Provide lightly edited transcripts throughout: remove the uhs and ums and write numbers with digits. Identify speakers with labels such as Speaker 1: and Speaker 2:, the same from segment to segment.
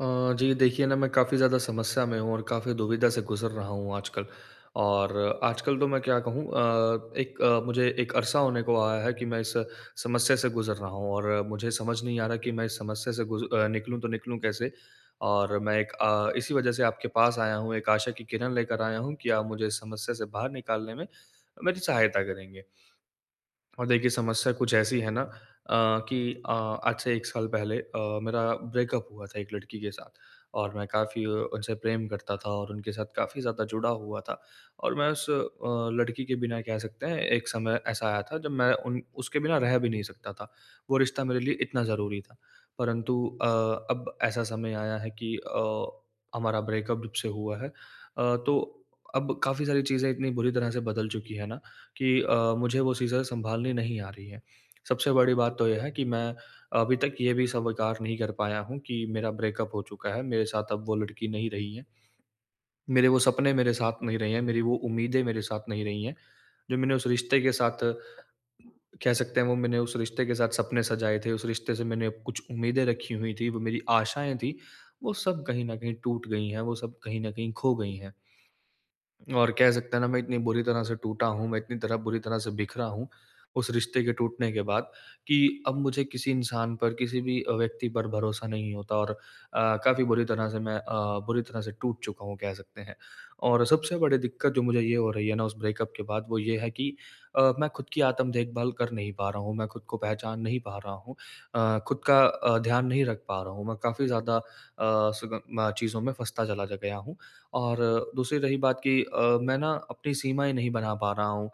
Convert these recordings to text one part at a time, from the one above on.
Speaker 1: जी देखिए ना मैं काफ़ी ज़्यादा समस्या में हूँ और काफ़ी दुविधा से गुज़र रहा हूँ आजकल। और आजकल तो मैं क्या कहूँ मुझे एक अरसा होने को आया है कि मैं इस समस्या से गुज़र रहा हूँ और मुझे समझ नहीं आ रहा कि मैं इस समस्या से निकलूँ तो निकलूँ कैसे? और मैं इसी वजह से आपके पास आया हूँ, एक आशा की किरण लेकर आया हूँ कि आप मुझे इस समस्या से बाहर निकालने में मेरी सहायता करेंगे। और देखिए समस्या कुछ ऐसी है ना, कि आज से 1 साल पहले मेरा ब्रेकअप हुआ था एक लड़की के साथ और मैं काफ़ी उनसे प्रेम करता था और उनके साथ काफ़ी ज़्यादा जुड़ा हुआ था और मैं उस लड़की के बिना कह सकते हैं एक समय ऐसा आया था जब मैं उन उसके बिना रह भी नहीं सकता था। वो रिश्ता मेरे लिए इतना ज़रूरी था। परंतु अ, अब ऐसा समय आया है कि हमारा ब्रेकअप जब से हुआ है तो अब काफ़ी सारी चीज़ें इतनी बुरी तरह से बदल चुकी है ना कि मुझे वो चीज़ें सँभालनी नहीं आ रही हैं। सबसे बड़ी बात तो ये है कि मैं अभी तक ये भी स्वीकार नहीं कर पाया हूँ कि मेरा ब्रेकअप हो चुका है, मेरे साथ अब वो लड़की नहीं रही है। मेरे वो सपने मेरे साथ नहीं रहे हैं, मेरी वो उम्मीदें मेरे साथ नहीं रही हैं, जो मैंने उस रिश्ते के साथ कह सकते हैं वो मैंने उस रिश्ते के साथ सपने सजाए थे, उस रिश्ते से मैंने कुछ उम्मीदें रखी हुई थी, वो मेरी आशाएँ थी, वो सब कहीं न कहीं टूट गई हैं, वो सब कहीं न कहीं खो गई हैं। और कह सकते हैं ना मैं इतनी बुरी तरह से टूटा हूँ, मैं इतनी तरह बुरी तरह से बिखरा हूँ, उस रिश्ते के टूटने के बाद कि अब मुझे किसी इंसान पर, किसी भी व्यक्ति पर भरोसा नहीं होता और काफ़ी बुरी तरह से मैं बुरी तरह से टूट चुका हूँ कह सकते हैं। और सबसे बड़ी दिक्कत जो मुझे ये हो रही है ना उस ब्रेकअप के बाद वो ये है कि मैं खुद की आत्म देखभाल कर नहीं पा रहा हूँ, मैं खुद को पहचान नहीं पा रहा हूँ, खुद का ध्यान नहीं रख पा रहा हूँ। मैं काफ़ी ज़्यादा सुगम चीज़ों में फँसता चला जा गया हूँ और दूसरी रही बात कि मैं ना अपनी सीमाएँ नहीं बना पा रहा हूँ,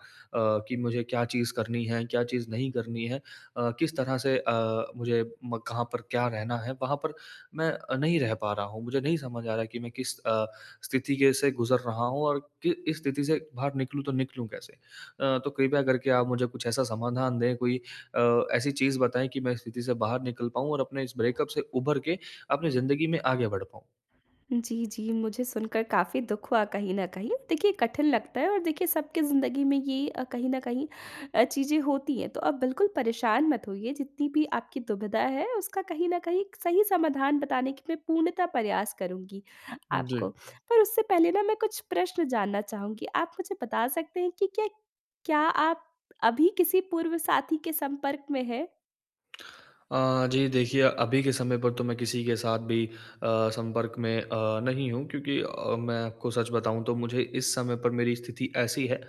Speaker 1: कि मुझे क्या चीज़ करनी है, क्या चीज़ नहीं करनी है। किस तरह से मुझे म कहाँ पर क्या रहना है, वहाँ पर मैं नहीं रह पा रहा हूँ। मुझे नहीं समझ आ रहा है कि मैं किस स्थिति के से गुज़र रहा हूँ और कि इस स्थिति से बाहर निकलूँ तो निकलूँ कैसे? तो कृपया करके आप मुझे कुछ ऐसा समाधान दें, कोई ऐसी चीज़ बताएँ कि मैं इस स्थिति से बाहर निकल पाऊँ और अपने इस ब्रेकअप से उभर के अपनी ज़िंदगी में आगे बढ़ पाऊँ।
Speaker 2: जी, जी। मुझे सुनकर काफ़ी दुःख हुआ कहीं न कहीं। देखिए कठिन लगता है और देखिए सबकी ज़िंदगी में ये कहीं न कहीं चीज़ें होती हैं। तो आप बिल्कुल परेशान मत होइए, जितनी भी आपकी दुविधा है उसका कहीं न कहीं एक सही समाधान बताने की मैं पूर्णतः प्रयास करूँगी
Speaker 1: जी।
Speaker 2: आपको। पर उससे पहले ना मैं कुछ प्रश्न जानना चाहूँगी। आप मुझे बता सकते हैं कि क्या क्या आप अभी किसी पूर्व साथी के संपर्क में हैं?
Speaker 1: जी देखिए, अभी के समय पर तो मैं किसी के साथ भी संपर्क में नहीं हूँ क्योंकि मैं आपको सच बताऊँ तो मुझे इस समय पर मेरी स्थिति ऐसी है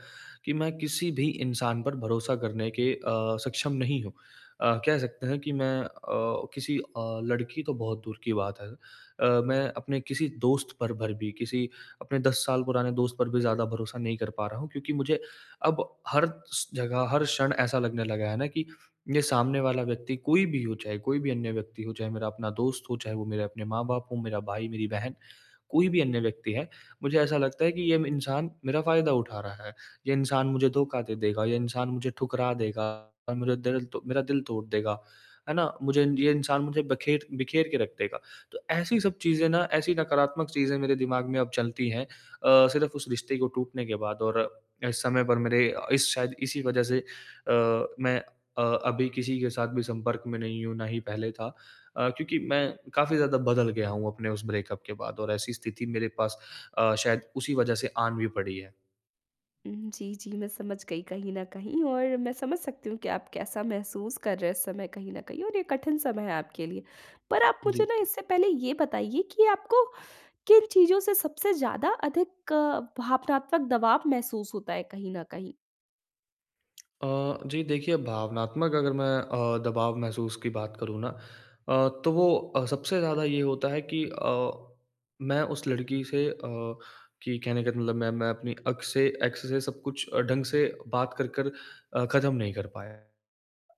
Speaker 1: कि मैं किसी भी इंसान पर भरोसा करने के सक्षम नहीं हूँ। कह सकते हैं कि मैं किसी लड़की तो बहुत दूर की बात है। मैं अपने किसी दोस्त पर भर भी किसी अपने 10 साल पुराने दोस्त पर भी ज़्यादा भरोसा नहीं कर पा रहा हूँ क्योंकि मुझे अब हर स जगह, हर क्षण ऐसा लगने लगा है ना कि ये सामने वाला व्यक्ति कोई भी हो, चाहे कोई भी अन्य व्यक्ति हो, चाहे मेरा अपना दोस्त हो, चाहे वो मेरे अपने माँ-बाप हों, मेरा भाई, मेरी बहन कोई भी अन्य व्यक्ति है, मुझे ऐसा लगता है कि ये इंसान मेरा फ़ायदा उठा रहा है। ये इंसान मुझे धोखा दे देगा, ये इंसान मुझे ठुकरा देगा और मुझे दिल तो मेरा दिल तोड़ देगा, है ना? मुझे ये इंसान मुझे बखेर बिखेर के रख देगा। तो ऐसी सब चीज़ें ना ऐसी नकारात्मक चीज़ें मेरे दिमाग में अब चलती हैं, सिर्फ़ उस रिश्ते को टूटने के बाद और इस समय पर मेरे इस शायद इसी वज़ह से मैं अभी किसी के साथ भी संपर्क में नहीं हूँ, ना ही पहले था। क्योंकि मैं काफ़ी ज़्यादा बदल गया हूँ अपने उस ब्रेकअप के बाद और ऐसी स्थिति मेरे पास शायद उसी वजह से आन भी पड़ी है।
Speaker 2: जी, जी, मैं समझ गई कहीं न कहीं और मैं समझ सकती हूँ कि आप कैसा महसूस कर रहे हैं इस समय कहीं न कहीं और ये कठिन समय है आपके लिए। पर आप मुझे
Speaker 1: जी।
Speaker 2: ना इससे पहले ये बताइए कि आपको किन चीज़ों से सबसे ज़्यादा अधिक भावनात्मक दबाव महसूस होता है कहीं न कहीं?
Speaker 1: अ, जी देखिए भावनात्मक अगर मैं दबाव महसूस की बात करूँ ना, तो वो सबसे ज़्यादा ये होता है कि मैं उस लड़की से अ, कि कहने का मतलब मैं अपनी अक्स से एक्स से सब कुछ ढंग से बात कर कर ख़त्म नहीं कर पाया।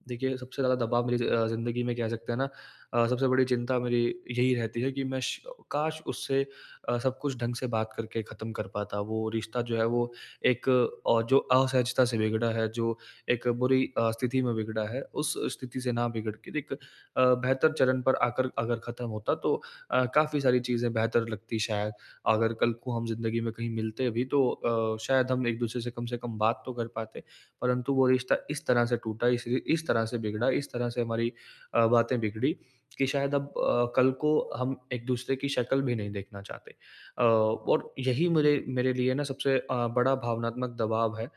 Speaker 1: देखिए, सबसे ज़्यादा दबाव मेरी ज़िंदगी में कह सकते हैं ना, सबसे बड़ी चिंता मेरी यही रहती है कि मैं श काश उससे सब कुछ ढंग से बात करके ख़त्म कर पाता। वो रिश्ता जो है वो जो असहजता से बिगड़ा है, जो एक बुरी स्थिति में बिगड़ा है, उस स्थिति से ना बिगड़ के एक बेहतर चरण पर आकर अगर ख़त्म होता तो काफ़ी सारी चीज़ें बेहतर लगती शायद। अगर कल को हम ज़िंदगी में कहीं मिलते भी तो शायद हम एक-दूसरे से कम बात तो कर पाते। परंतु वो रिश्ता इस तरह से टूटा, इस तरह से बिगड़ा, इस तरह से हमारी बातें बिगड़ी कि शायद अब कल को हम एक-दूसरे की शक्ल भी नहीं देखना चाहते। और यही मेरे मेरे लिए ना सबसे बड़ा भावनात्मक दबाव है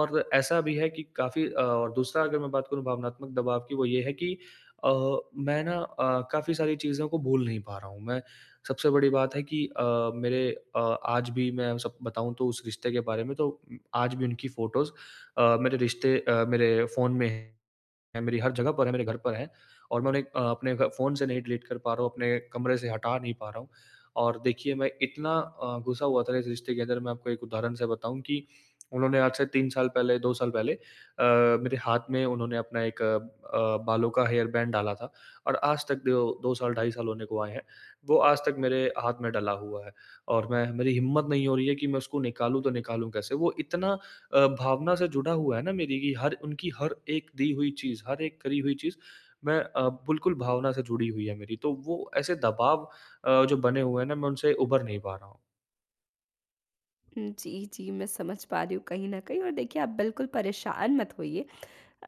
Speaker 1: और ऐसा भी है कि और दूसरा अगर मैं बात करूँ भावनात्मक दबाव की वो ये है कि अ, मैं ना काफ़ी सारी चीज़ों को भूल नहीं पा रहा हूँ। मैं सबसे बड़ी बात है कि मेरे अ, आज भी मैं सब बताऊँ तो उस रिश्ते के बारे में तो आज भी उनकी फ़ोटोज़ मेरे फ़ोन में हैं, मेरी हर जगह पर है, मेरे घर पर है और मैं उन्हें अपने घ फ़ोन से नहीं डिलीट कर पा रहा हूँ, अपने कमरे से हटा नहीं पा रहा हूँ। और देखिए मैं इतना घुसा हुआ था इस रिश्ते के अंदर, मैं आपको एक उदाहरण से बताऊँ कि उन्होंने आज से 3 साल पहले, 2 साल पहले मेरे हाथ में उन्होंने अपना एक बालों का हेयर बैंड डाला था और आज तक दो 2 साल, ढाई साल होने को आए हैं, वो आज तक मेरे हाथ में डला हुआ है और मैं मेरी हिम्मत नहीं हो रही है कि मैं उसको निकालूँ तो निकालूँ कैसे? वो इतना भावना से जुड़ा हुआ है ना मेरी कि हर उनकी हर एक दी हुई चीज़, हर एक करी हुई चीज़ मैं बिल्कुल भावना से जुड़ी हुई है मेरी। तो वो ऐसे दबाव जो बने हुए हैं ना मैं उनसे उभर नहीं पा रहा हूँ।
Speaker 2: हुँ, जी, जी, मैं समझ पा रही हूँ कहीं न कहीं और देखिए आप बिल्कुल परेशान मत होइए।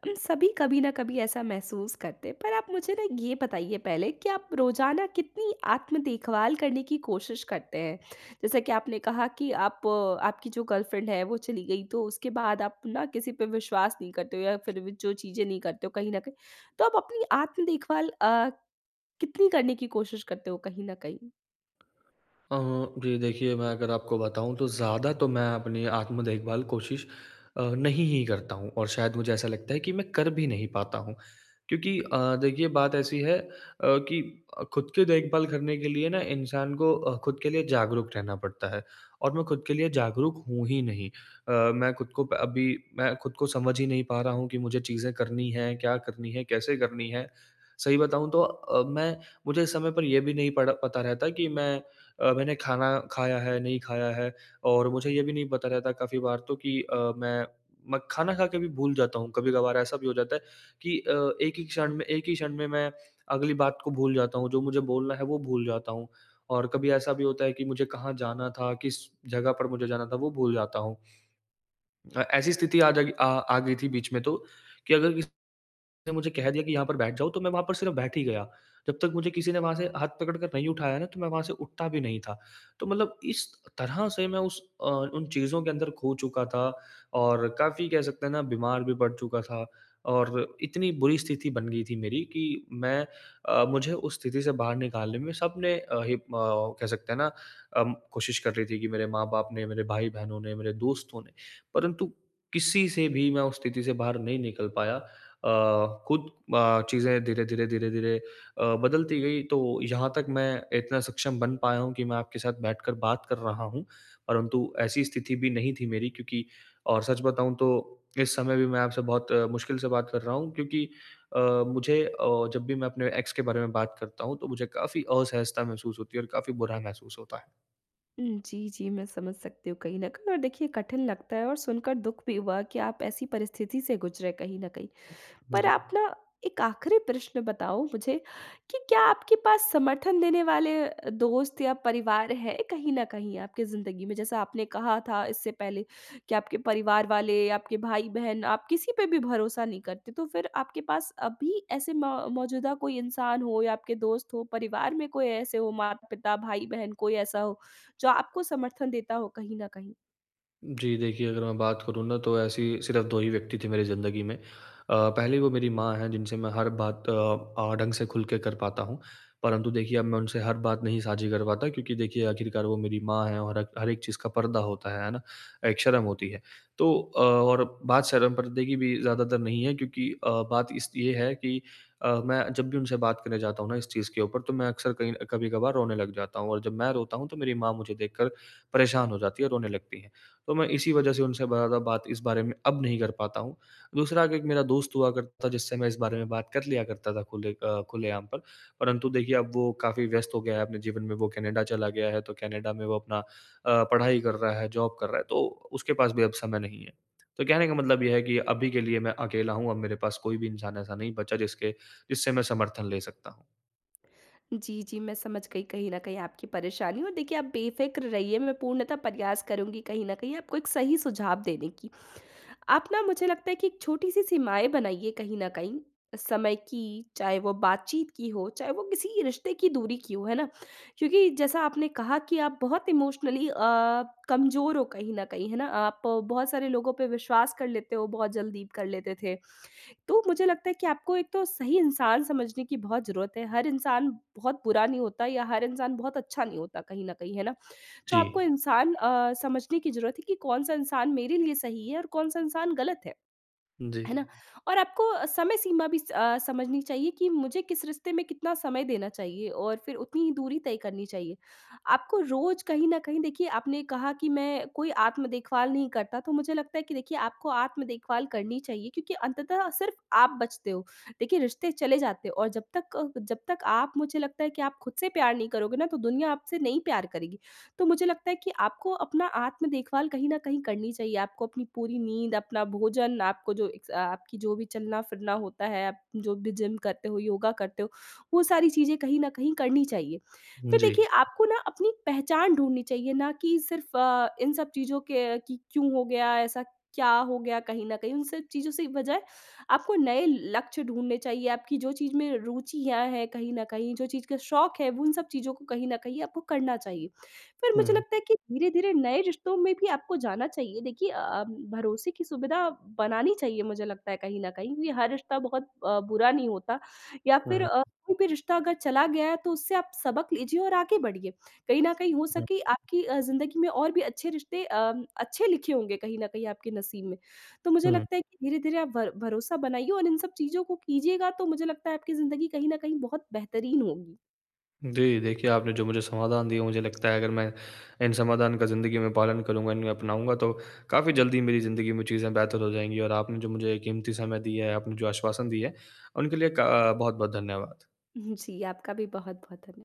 Speaker 2: हम सभी कभी ना कभी ऐसा महसूस करते हैं, पर आप मुझे ना ये बताइए पहले कि आप रोजाना कितनी आत्म देखभाल करने की कोशिश करते हैं? जैसा कि आपने कहा कि आप आपकी जो गर्लफ्रेंड है वो चली गई तो उसके बाद आप ना किसी पे विश्वास नहीं करते हो या फिर वो जो चीज़ें नहीं करते हो कहीं न कहीं। तो आप अपनी आत्म देखभाल कितनी करने की कोशिश करते हो कहीं न कहीं?
Speaker 1: अ, जी देखिए, मैं अगर आपको बताऊँ तो ज़्यादा तो मैं अपनी आत्म देखभाल कोशिश नहीं ही करता हूँ और शायद मुझे ऐसा लगता है कि मैं कर भी नहीं पाता हूँ। क्योंकि देखिए बात ऐसी है, कि खुद की देखभाल करने के लिए ना इंसान को खुद के लिए जागरूक रहना पड़ता है और मैं खुद के लिए जागरूक हूँ ही नहीं। अ, मैं खुद को प अभी मैं खुद को समझ ही नहीं पा रहा हूँ कि मुझे चीज़ें करनी हैं, क्या करनी है, कैसे करनी है। सही बताऊँ तो मैं मुझे इस समय पर ये भी नहीं पड़ा पता रहता कि मैंने खाना खाया है, नहीं खाया है और मुझे ये भी नहीं पता रहता काफ़ी बार तो कि मैं खाना खा के भी भूल जाता हूँ। कभी-कभार ऐसा भी हो जाता है कि एक ही क्षण में मैं अगली बात को भूल जाता हूँ, जो मुझे बोलना है वो भूल जाता हूँ और कभी ऐसा भी होता है कि मुझे कहाँ जाना था, किस जगह पर मुझे जाना था वो भूल जाता हूँ। ऐसी स्थिति आ जागी आ आ गई थी बीच में तो कि अगर किस ने मुझे कह दिया कि यहाँ पर बैठ जाओ, तो मैं वहाँ पर सिर्फ़ बैठ ही गया। जब तक मुझे किसी ने वहाँ से हाथ पकड़ कर नहीं उठाया ना, तो मैं वहाँ से उठता भी नहीं था। तो मतलब इस तरह से मैं उन चीज़ों के अंदर खो चुका था और काफ़ी कह सकते हैं ना बीमार भी पड़ चुका था और इतनी बुरी स्थिति बन गई थी मेरी कि मैं मुझे उस स्थिति से बाहर निकालने में सबने कह सकते हैं ना, कोशिश कर रही थी कि मेरे माँ-बाप ने, मेरे भाई-बहनों ने, मेरे दोस्तों ने, परंतु किसी से भी मैं उस स्थिति से बाहर नहीं निकल पाया अ, खुद चीज़ें धीरे-धीरे, धीरे-धीरे बदलती गई तो यहाँ तक मैं इतना सक्षम बन पाया हूँ कि मैं आपके साथ बैठकर बात कर रहा हूँ। परंतु ऐसी स्थिति भी नहीं थी मेरी क्योंकि और सच बताऊँ तो इस समय भी मैं आपसे बहुत मुश्किल से बात कर रहा हूँ क्योंकि अ, मुझे अ, जब भी मैं अपने एक्स के बारे में बात करता हूँ तो मुझे काफ़ी असहजता महसूस होती है और काफ़ी बुरा महसूस होता है।
Speaker 2: जी, जी, मैं समझ सकती हूँ कहीं न कहीं और देखिए कठिन लगता है और सुनकर दुःख भी हुआ कि आप ऐसी परिस्थिति से गुजरे कहीं न कहीं। पर
Speaker 1: जी।
Speaker 2: आप ना एक आखिरी प्रश्न बताओ मुझे कि क्या आपके पास समर्थन देने वाले दोस्त या परिवार है कहीं ना कहीं आपकी ज़िंदगी में? जैसा आपने कहा था इससे पहले कि आपके परिवार वाले, आपके भाई-बहन, आप किसी पे भी भरोसा नहीं करते, तो फिर आपके पास अभी ऐसे मौ मौजूदा कोई इंसान हो या आपके दोस्त हो, परिवार में कोई ऐसे हो, माता-पिता, भाई-बहन कोई ऐसा हो, जो आपको समर्थन देता हो कहीं ना कहीं?
Speaker 1: जी, देखिए अगर मैं बात करूँ ना तो ऐसी सिर्फ़ 2 ही व्यक्ति थे मेरी ज़िंदगी में। पहली वो मेरी माँ हैं जिनसे मैं हर बात ढंग से खुल के कर पाता हूँ। परंतु देखिए अब मैं उनसे हर बात नहीं साझी कर पाता क्योंकि देखिए आखिरकार वो मेरी माँ हैं और हर हर एक चीज़ का पर्दा होता है ना? एक शर्म होती है। तो और बात शर्म पर्दे की भी ज़्यादातर नहीं है क्योंकि बात इस ये है कि मैं जब भी उनसे बात करने जाता हूँ ना इस चीज़ के ऊपर तो मैं अक्सर कहीं कभी-कभार रोने लग जाता हूँ और जब मैं रोता हूँ तो मेरी माँ मुझे देखकर परेशान हो जाती है, रोने लगती हैं। तो मैं इसी वजह से उनसे ज़्यादा बात इस बारे में अब नहीं कर पाता हूँ। दूसरा कि एक मेरा दोस्त हुआ करता था जिससे मैं इस बारे में बात कर लिया करता था खुलेआम पर। परंतु देखिए अब वो काफ़ी व्यस्त हो गया है अपने जीवन में, वो कनाडा चला गया है तो कनाडा में वो अपना पढ़ाई कर रहा है, जॉब कर रहा है, तो उसके पास भी अब समय नहीं है। तो कहने का मतलब ये है कि अभी के लिए मैं अकेला हूँ, अब मेरे पास कोई भी इंसान ऐसा नहीं बचा जिसके जिससे मैं समर्थन ले सकता हूँ।
Speaker 2: जी, जी, मैं समझ गई कहीं न कहीं आपकी परेशानी और देखिए आप बेफ़िक्र रहिए, मैं पूर्णतः प्रयास करूँगी कहीं न कहीं आपको एक सही सुझाव देने की। आप ना मुझे लगता है कि एक छोटी-सी सीमाएँ बनाइए कहीं न कहीं, समय की, चाहे वो बातचीत की हो, चाहे वो किसी रिश्ते की दूरी की हो, है ना? क्योंकि जैसा आपने कहा कि आप बहुत इमोशनली कमज़ोर हो कहीं न कहीं, है ना? आप बहुत सारे लोगों पे विश्वास कर लेते हो, बहुत जल्दी कर लेते थे। तो मुझे लगता है कि आपको एक तो सही इंसान समझने की बहुत ज़रूरत है। हर इंसान बहुत बुरा नहीं होता या हर इंसान बहुत अच्छा नहीं होता कहीं न कहीं, है ना? तो
Speaker 1: जी।
Speaker 2: आपको इंसान समझने की ज़रूरत है कि कौन-सा इंसान मेरे लिए सही है और कौन-सा इंसान गलत है।
Speaker 1: जी।
Speaker 2: है ना? और आपको समय सीमा भी समझनी चाहिए कि मुझे किस रिश्ते में कितना समय देना चाहिए और फिर उतनी ही दूरी तय करनी चाहिए। आपको रोज़ कहीं न कहीं देखिए आपने कहा कि मैं कोई आत्म देखभाल नहीं करता, तो मुझे लगता है कि देखिए आपको आत्म देखभाल करनी चाहिए क्योंकि अंततः सिर्फ़ आप बचते हो। देखिए रिश्ते चले जाते हैं और जब तक आप मुझे लगता है कि आप खुद से प्यार नहीं करोगे ना, तो दुनिया आपसे नहीं प्यार करेगी। तो मुझे लगता है कि आपको अपना आत्म देखभाल कहीं न कहीं करनी चाहिए। आपको अपनी पूरी नींद, अपना भोजन, आपको जो एक्स आपकी जो भी चलना-फिरना होता है, आप जो भी जिम करते हो, योगा करते हो, वो सारी चीज़ें कहीं न कहीं करनी चाहिए। फिर
Speaker 1: जी।
Speaker 2: देखिए आपको ना अपनी पहचान ढूँढनी चाहिए, ना कि सिर्फ़ इन सब चीज़ों के कि क्यों हो गया, ऐसा क्या हो गया कहीं न कहीं, उन सब चीज़ों से बजाय आपको नए लक्ष्य ढूँढने चाहिए। आपकी जो चीज़ में रुचियाँ हैं कहीं न कहीं, जो चीज़ का शौक है, वो उन सब चीज़ों को कहीं न कहीं आपको करना चाहिए। फिर मुझे
Speaker 1: हुँ,
Speaker 2: लगता है कि धीरे-धीरे नए रिश्तों में भी आपको जाना चाहिए। देखिए, भरोसे की सुविधा बनानी चाहिए मुझे लगता है कहीं न कहीं क्योंकि हर रिश्ता बहुत बुरा नहीं होता या फिर
Speaker 1: हुँ,
Speaker 2: कोई भी रिश्ता अगर चला गया है तो उससे आप सबक लीजिए और आगे बढ़िए। कहीं न कहीं हो
Speaker 1: हुँ,
Speaker 2: सके आपकी ज़िंदगी में और भी अच्छे रिश्ते अच्छे लिखे होंगे कहीं न कहीं आपके नसीब में। तो मुझे
Speaker 1: हुँ।
Speaker 2: लगता है कि धीरे-धीरे आप भर भरोसा बनाइए और इन सब चीज़ों को कीजिएगा तो मुझे लगता है आपकी ज़िंदगी कहीं न कहीं बहुत बेहतरीन होगी।
Speaker 1: जी, देखिए आपने जो मुझे समाधान दिए मुझे लगता है अगर मैं इन समाधान का ज़िंदगी में पालन करूँगा, इन्हें अपनाऊँगा तो काफ़ी जल्दी मेरी ज़िंदगी में चीज़ें बेहतर हो जाएँगी और आपने जो मुझे कीमती समय दिया है, आपने जो आश्वासन दिए हैं, उनके लिए का बहुत-बहुत धन्यवाद।
Speaker 2: जी, आपका भी बहुत-बहुत धन्य